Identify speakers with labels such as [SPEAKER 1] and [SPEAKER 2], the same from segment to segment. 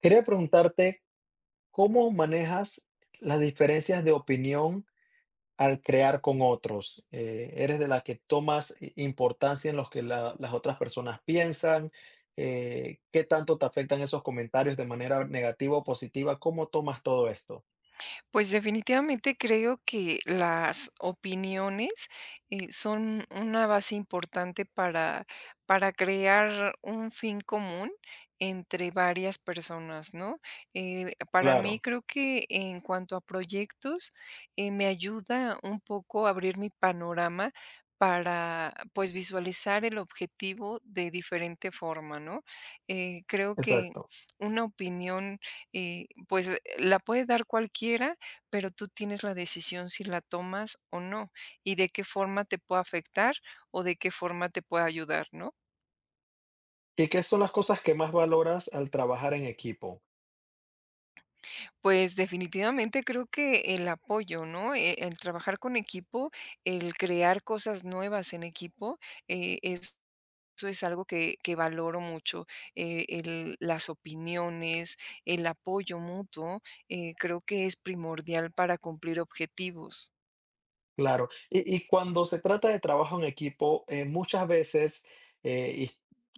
[SPEAKER 1] Quería preguntarte, ¿cómo manejas las diferencias de opinión al crear con otros? ¿Eres de la que tomas importancia en lo que las otras personas piensan? ¿Qué tanto te afectan esos comentarios de manera negativa o positiva? ¿Cómo tomas todo esto?
[SPEAKER 2] Pues definitivamente creo que las opiniones son una base importante para crear un fin común entre varias personas, ¿no? Para
[SPEAKER 1] Claro,
[SPEAKER 2] mí creo que en cuanto a proyectos, me ayuda un poco a abrir mi panorama para pues visualizar el objetivo de diferente forma, ¿no? Creo que
[SPEAKER 1] exacto.
[SPEAKER 2] una opinión pues la puede dar cualquiera pero tú tienes la decisión si la tomas o no y de qué forma te puede afectar o de qué forma te puede ayudar, ¿no?
[SPEAKER 1] ¿Y qué son las cosas que más valoras al trabajar en equipo?
[SPEAKER 2] Pues definitivamente creo que el apoyo, ¿no? El, trabajar con equipo, el crear cosas nuevas en equipo, eh, es- eso es algo que valoro mucho, las opiniones, el apoyo mutuo, creo que es primordial para cumplir objetivos.
[SPEAKER 1] Claro. Y cuando se trata de trabajo en equipo, muchas veces, eh, y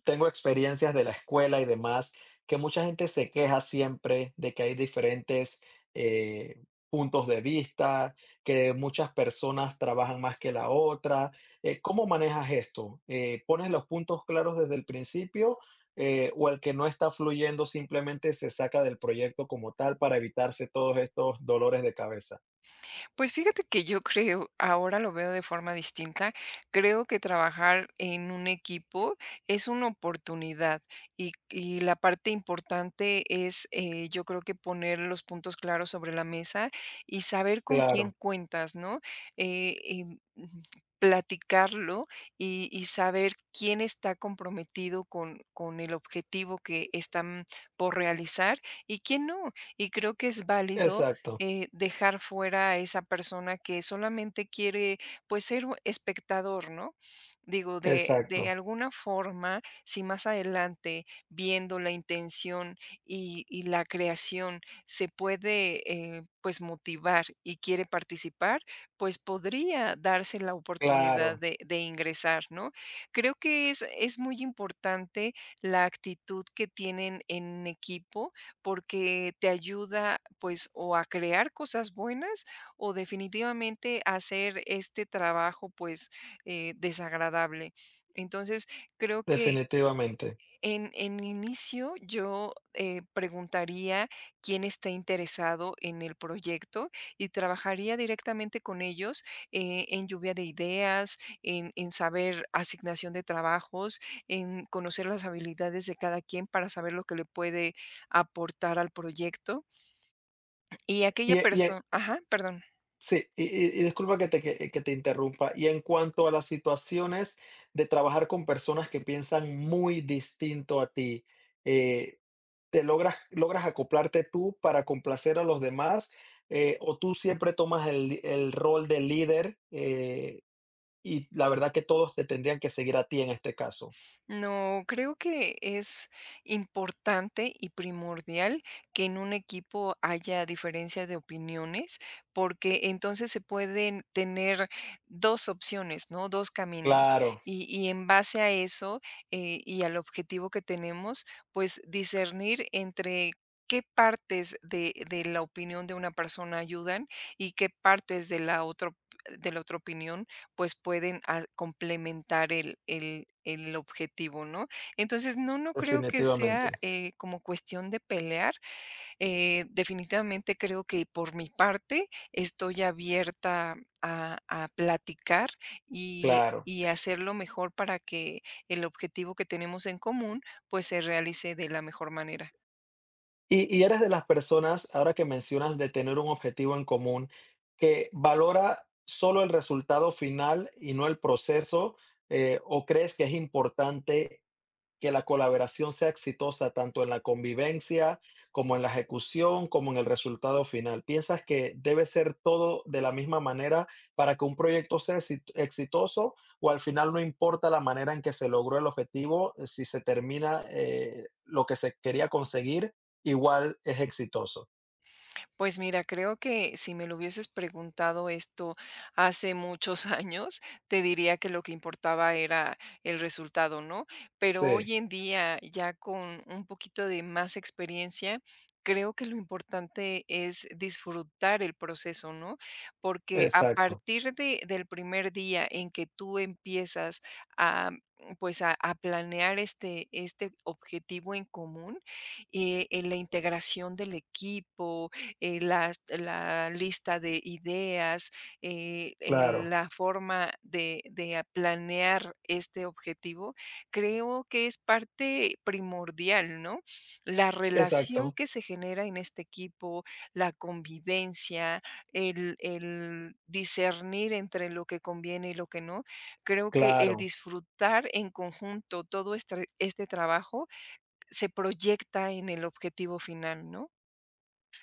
[SPEAKER 1] tengo experiencias de la escuela y demás, que mucha gente se queja siempre de que hay diferentes eh, puntos de vista, que muchas personas trabajan más que la otra. ¿Cómo manejas esto? ¿Pones los puntos claros desde el principio? ¿O el que no está fluyendo simplemente se saca del proyecto como tal para evitarse todos estos dolores de cabeza?
[SPEAKER 2] Pues fíjate que yo creo, ahora lo veo de forma distinta, creo que trabajar en un equipo es una oportunidad y la parte importante es yo creo que poner los puntos claros sobre la mesa y saber con quién
[SPEAKER 1] Claro,
[SPEAKER 2] cuentas, ¿no? Y, mm, platicarlo y saber quién está comprometido con, el objetivo que están por realizar y quién no. Y creo que es válido
[SPEAKER 1] exacto.
[SPEAKER 2] dejar fuera a esa persona que solamente quiere, pues, ser espectador, ¿no? Digo, de,
[SPEAKER 1] Exacto,
[SPEAKER 2] alguna forma, si más adelante, viendo la intención y la creación, se puede, pues, motivar y quiere participar, pues podría darse la oportunidad
[SPEAKER 1] claro,
[SPEAKER 2] de, ingresar, ¿no? Creo que es muy importante la actitud que tienen en equipo porque te ayuda, pues, o a crear cosas buenas o definitivamente a hacer este trabajo, pues, desagradable. Entonces, creo que
[SPEAKER 1] definitivamente.
[SPEAKER 2] en, inicio, yo preguntaría quién está interesado en el proyecto y trabajaría directamente con ellos en lluvia de ideas, en saber asignación de trabajos, en conocer las habilidades de cada quien para saber lo que le puede aportar al proyecto. Y aquella
[SPEAKER 1] Y e y
[SPEAKER 2] persona,
[SPEAKER 1] e
[SPEAKER 2] ajá, perdón.
[SPEAKER 1] sí, y disculpa que te que te interrumpa. Y en cuanto a las situaciones de trabajar con personas que piensan muy distinto a ti, eh, ¿te logras acoplarte tú para complacer a los demás, o tú siempre tomas el el rol de líder, y la verdad que todos te tendrían que seguir a ti en este caso?
[SPEAKER 2] No, creo que es importante y primordial que en un equipo haya diferencia de opiniones, porque entonces se pueden tener dos opciones, ¿no? Dos caminos.
[SPEAKER 1] Claro,
[SPEAKER 2] Y en base a eso y al objetivo que tenemos, pues discernir entre qué partes de, la opinión de una persona ayudan y qué partes de la otra opinión pues pueden a complementar el objetivo, ¿no? Entonces, no, no creo que sea,
[SPEAKER 1] definitivamente,
[SPEAKER 2] como cuestión de pelear, definitivamente creo que por mi parte estoy abierta a platicar y
[SPEAKER 1] claro.
[SPEAKER 2] y hacer lo mejor para que el objetivo que tenemos en común, pues, se realice de la mejor manera.
[SPEAKER 1] Y eres de las personas, ahora que mencionas de tener un objetivo en común, que valora solo el resultado final y no el proceso, ¿o crees que es importante que la colaboración sea exitosa tanto en la convivencia como en la ejecución, como en el resultado final? ¿Piensas que debe ser todo de la misma manera para que un proyecto sea exitoso o al final no importa la manera en que se logró el objetivo, si se termina lo que se quería conseguir, igual es exitoso?
[SPEAKER 2] Pues mira, creo que si me lo hubieses preguntado esto hace muchos años, te diría que lo que importaba era el resultado, ¿no? Pero
[SPEAKER 1] Sí,
[SPEAKER 2] hoy en día, ya con un poquito de más experiencia, creo que lo importante es disfrutar el proceso, ¿no? Porque a
[SPEAKER 1] exacto,
[SPEAKER 2] partir del primer día en que tú empiezas a pues a planear este, objetivo en común, en la integración del equipo, las la lista de ideas,
[SPEAKER 1] claro,
[SPEAKER 2] la forma planear este objetivo, creo que es parte primordial, ¿no? La relación
[SPEAKER 1] exacto,
[SPEAKER 2] que se genera en este equipo, la convivencia, el discernir entre lo que conviene y lo que no. Creo que el
[SPEAKER 1] claro.
[SPEAKER 2] disfrutar en conjunto todo este trabajo se proyecta en el objetivo final, ¿no?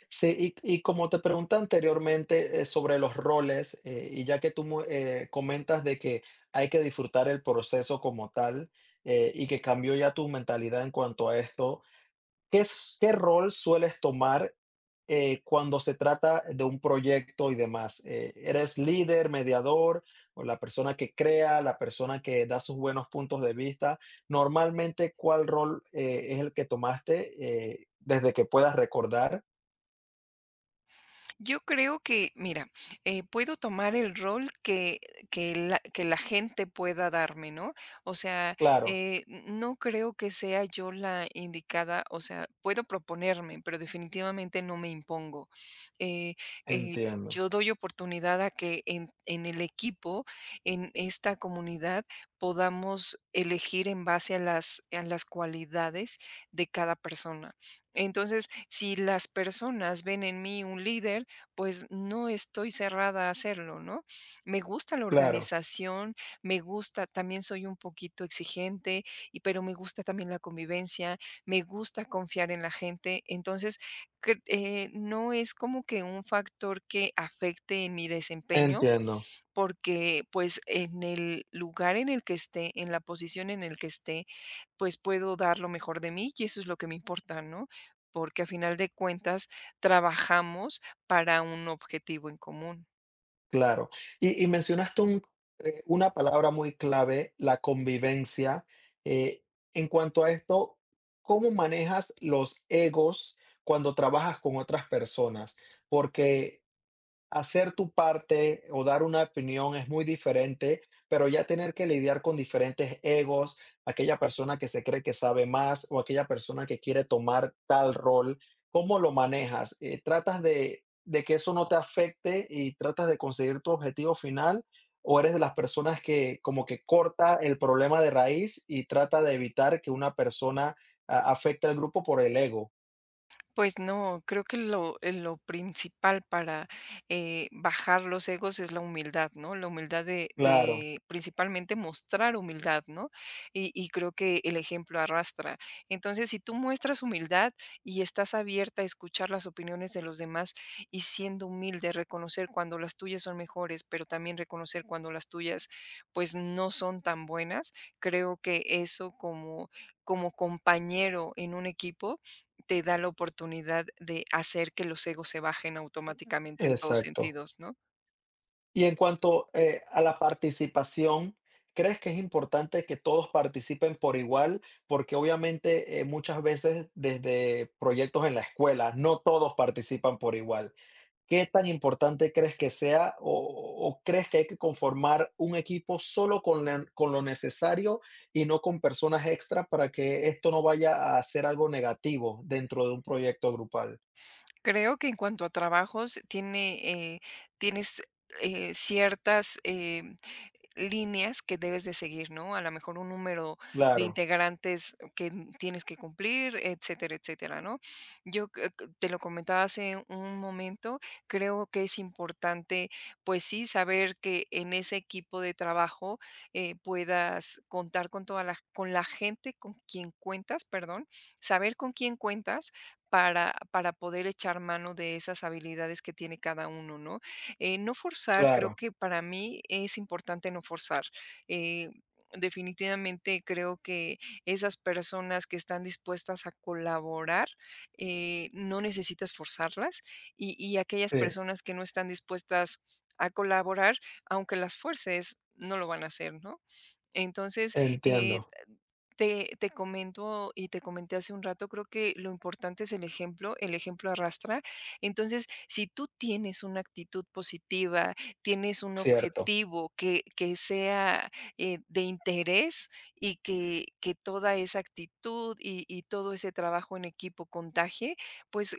[SPEAKER 1] Sí, y como te pregunté anteriormente sobre los roles, y ya que tú comentas de que hay que disfrutar el proceso como tal, y que cambió ya tu mentalidad en cuanto a esto, ¿ qué rol sueles tomar cuando se trata de un proyecto y demás? ¿Eres líder, mediador, o la persona que crea, la persona que da sus buenos puntos de vista? Normalmente, ¿cuál rol es el que tomaste desde que puedas recordar?
[SPEAKER 2] Yo creo que, mira, puedo tomar el rol que la gente pueda darme, ¿no? O sea,
[SPEAKER 1] Claro.
[SPEAKER 2] no creo que sea yo la indicada, o sea, puedo proponerme, pero definitivamente no me impongo. Eh, eh,
[SPEAKER 1] Entiendo,
[SPEAKER 2] yo doy oportunidad a que en el equipo, en esta comunidad, podamos elegir en base a las cualidades de cada persona. Entonces, si las personas ven en mí un líder, pues no estoy cerrada a hacerlo, ¿no? Me gusta la
[SPEAKER 1] claro,
[SPEAKER 2] organización, me gusta, también soy un poquito exigente, pero me gusta también la convivencia, me gusta confiar en la gente, entonces no es como que un factor que afecte en mi desempeño,
[SPEAKER 1] entiendo,
[SPEAKER 2] porque pues en el lugar en el que esté, en la posición en el que esté, pues puedo dar lo mejor de mí y eso es lo que me importa, ¿no? Porque a final de cuentas trabajamos para un objetivo en común.
[SPEAKER 1] claro. Y mencionaste una palabra muy clave, la convivencia. Eh, en cuanto a esto, ¿cómo manejas los egos cuando trabajas con otras personas? Porque hacer tu parte o dar una opinión es muy diferente, pero ya tener que lidiar con diferentes egos, aquella persona que se cree que sabe más o aquella persona que quiere tomar tal rol, ¿cómo lo manejas? ¿Tratas de que eso no te afecte y tratas de conseguir tu objetivo final? ¿O eres de las personas que como que corta el problema de raíz y trata de evitar que una persona afecte al grupo por el ego?
[SPEAKER 2] Pues no, creo que lo principal para bajar los egos es la humildad, ¿no? La humildad de,
[SPEAKER 1] Claro,
[SPEAKER 2] de principalmente mostrar humildad, ¿no? Y creo que el ejemplo arrastra. Entonces, si tú muestras humildad y estás abierta a escuchar las opiniones de los demás y siendo humilde, reconocer cuando las tuyas son mejores, pero también reconocer cuando las tuyas, pues, no son tan buenas, creo que eso como compañero en un equipo te da la oportunidad de hacer que los egos se bajen automáticamente en todos
[SPEAKER 1] exacto.
[SPEAKER 2] sentidos, ¿no?
[SPEAKER 1] Y en cuanto, a la participación, ¿crees que es importante que todos participen por igual? Porque obviamente, muchas veces desde proyectos en la escuela, no todos participan por igual. ¿Qué tan importante crees que sea o crees que hay que conformar un equipo solo con la con lo necesario y no con personas extra para que esto no vaya a ser algo negativo dentro de un proyecto grupal?
[SPEAKER 2] Creo que en cuanto a trabajos tienes, ciertas, líneas que debes de seguir, ¿no? A lo mejor un número de
[SPEAKER 1] Claro,
[SPEAKER 2] integrantes que tienes que cumplir, etcétera, etcétera, ¿no? Yo te lo comentaba hace un momento, creo que es importante, pues sí, saber que en ese equipo de trabajo puedas contar con la gente con quien cuentas, perdón, saber con quién cuentas para poder echar mano de esas habilidades que tiene cada uno, ¿no? No forzar, creo
[SPEAKER 1] claro,
[SPEAKER 2] que para mí es importante no forzar. Eh, Definitivamente creo que esas personas que están dispuestas a colaborar, no necesitas forzarlas y aquellas
[SPEAKER 1] sí,
[SPEAKER 2] personas que no están dispuestas a colaborar, aunque las fuerces, no lo van a hacer, ¿no? Entonces,
[SPEAKER 1] entiendo,
[SPEAKER 2] te comento y te comenté hace un rato, creo que lo importante es el ejemplo arrastra. Entonces, si tú tienes una actitud positiva, tienes un
[SPEAKER 1] cierto.
[SPEAKER 2] objetivo que sea de interés y que toda esa actitud y todo ese trabajo en equipo contagie, pues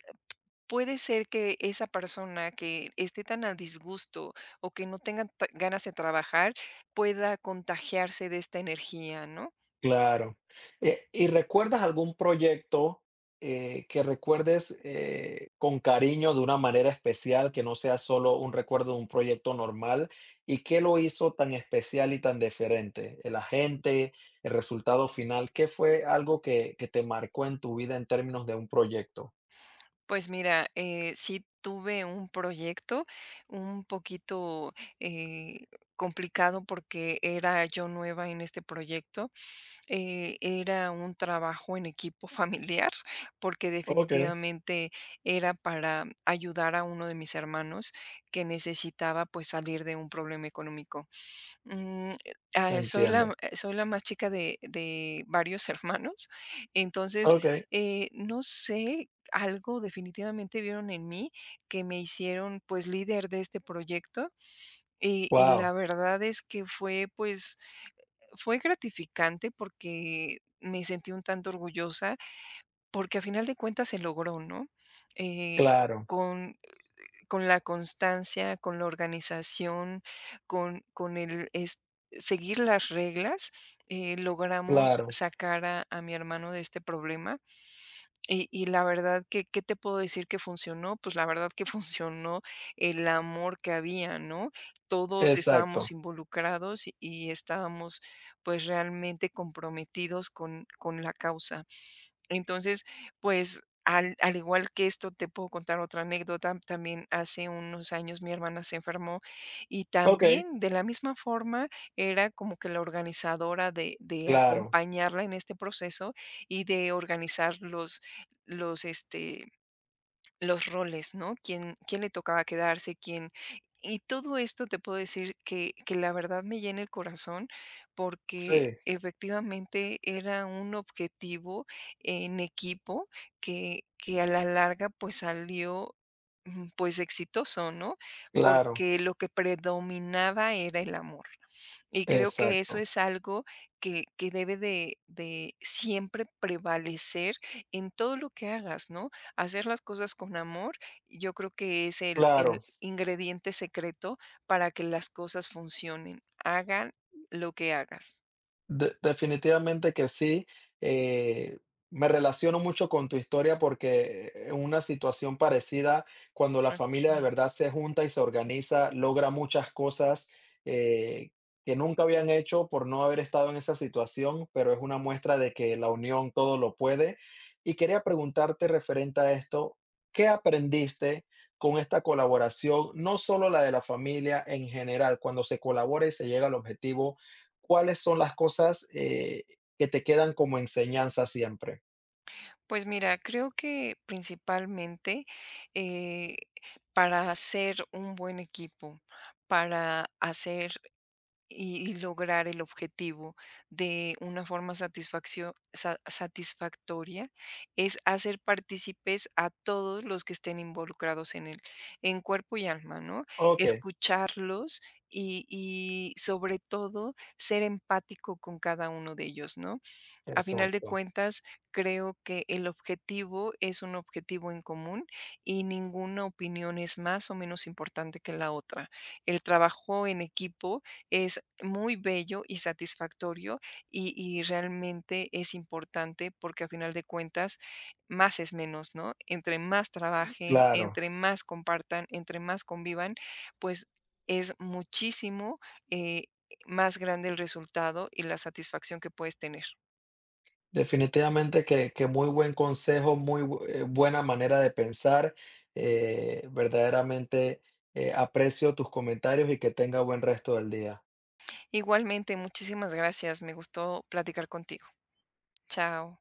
[SPEAKER 2] puede ser que esa persona que esté tan a disgusto o que no tenga ganas de trabajar pueda contagiarse de esta energía, ¿no?
[SPEAKER 1] Claro. ¿Y recuerdas algún proyecto, que recuerdes, con cariño, de una manera especial, que no sea solo un recuerdo de un proyecto normal? ¿Y qué lo hizo tan especial y tan diferente? ¿El agente, el resultado final? ¿Qué fue algo que te marcó en tu vida en términos de un proyecto?
[SPEAKER 2] Pues mira, sí tuve un proyecto un poquito, eh, complicado porque era yo nueva en este proyecto, era un trabajo en equipo familiar, porque
[SPEAKER 1] Okey,
[SPEAKER 2] definitivamente era para ayudar a uno de mis hermanos que necesitaba, pues, salir de un problema económico. Soy la
[SPEAKER 1] entiendo.
[SPEAKER 2] más chica de varios hermanos. Entonces,
[SPEAKER 1] Okey.
[SPEAKER 2] no sé, algo definitivamente vieron en mí que me hicieron, pues, líder de este proyecto. Y la
[SPEAKER 1] Wow.
[SPEAKER 2] verdad es que pues, fue gratificante porque me sentí un tanto orgullosa, porque a final de cuentas se logró, ¿no? Eh,
[SPEAKER 1] Claro,
[SPEAKER 2] con con la constancia, con la organización, con el es seguir las reglas, logramos
[SPEAKER 1] claro.
[SPEAKER 2] sacar a mi hermano de este problema. Y la verdad que, ¿qué te puedo decir que funcionó? Pues la verdad que funcionó el amor que había, ¿no? Todos estábamos
[SPEAKER 1] Exacto.
[SPEAKER 2] involucrados y estábamos, pues, realmente comprometidos con la causa. Entonces, pues, al igual que esto, te puedo contar otra anécdota. También hace unos años mi hermana se enfermó y
[SPEAKER 1] Okey.
[SPEAKER 2] también, de la misma forma, era como que la organizadora de
[SPEAKER 1] Claro.
[SPEAKER 2] acompañarla en este proceso y de organizar los, este los roles, ¿no? ¿Quién le tocaba quedarse? ¿Quién? Y todo esto te puedo decir que la verdad me llena el corazón porque
[SPEAKER 1] Sí,
[SPEAKER 2] efectivamente era un objetivo en equipo que a la larga pues salió pues exitoso, ¿no?
[SPEAKER 1] claro.
[SPEAKER 2] Porque lo que predominaba era el amor. Y creo que eso
[SPEAKER 1] Exacto.
[SPEAKER 2] es algo que debe de siempre prevalecer en todo lo que hagas, ¿no? Hacer las cosas con amor, yo creo que es el
[SPEAKER 1] Claro.
[SPEAKER 2] el ingrediente secreto para que las cosas funcionen, hagan lo que hagas.
[SPEAKER 1] De Definitivamente que sí, eh, me relaciono mucho con tu historia porque en una situación parecida, cuando la familia de
[SPEAKER 2] Okey.
[SPEAKER 1] verdad se junta y se organiza, logra muchas cosas eh, que nunca habían hecho por no haber estado en esa situación, pero es una muestra de que la unión todo lo puede. Y quería preguntarte referente a esto, ¿qué aprendiste con esta colaboración? No solo la de la familia en general, cuando se colabora y se llega al objetivo. ¿Cuáles son las cosas, que te quedan como enseñanza siempre?
[SPEAKER 2] Pues mira, creo que principalmente, eh, para hacer un buen equipo, para hacer y lograr el objetivo de una forma satisfactoria es hacer partícipes a todos los que estén involucrados en él, en cuerpo y alma, ¿no?
[SPEAKER 1] Okey,
[SPEAKER 2] Escucharlos y sobre todo ser empático con cada uno de ellos, ¿no? A final de
[SPEAKER 1] exacto.
[SPEAKER 2] cuentas, creo que el objetivo es un objetivo en común y ninguna opinión es más o menos importante que la otra. El trabajo en equipo es muy bello y satisfactorio y realmente es importante porque a final de cuentas más es menos, ¿no? Entre más trabajen,
[SPEAKER 1] Claro.
[SPEAKER 2] entre más compartan, entre más convivan, pues es muchísimo eh, más grande el resultado y la satisfacción que puedes tener.
[SPEAKER 1] Definitivamente que muy buen consejo, muy bu buena manera de pensar. Verdaderamente, aprecio tus comentarios y que tenga buen resto del día.
[SPEAKER 2] Igualmente, muchísimas gracias. Me gustó platicar contigo. Chao.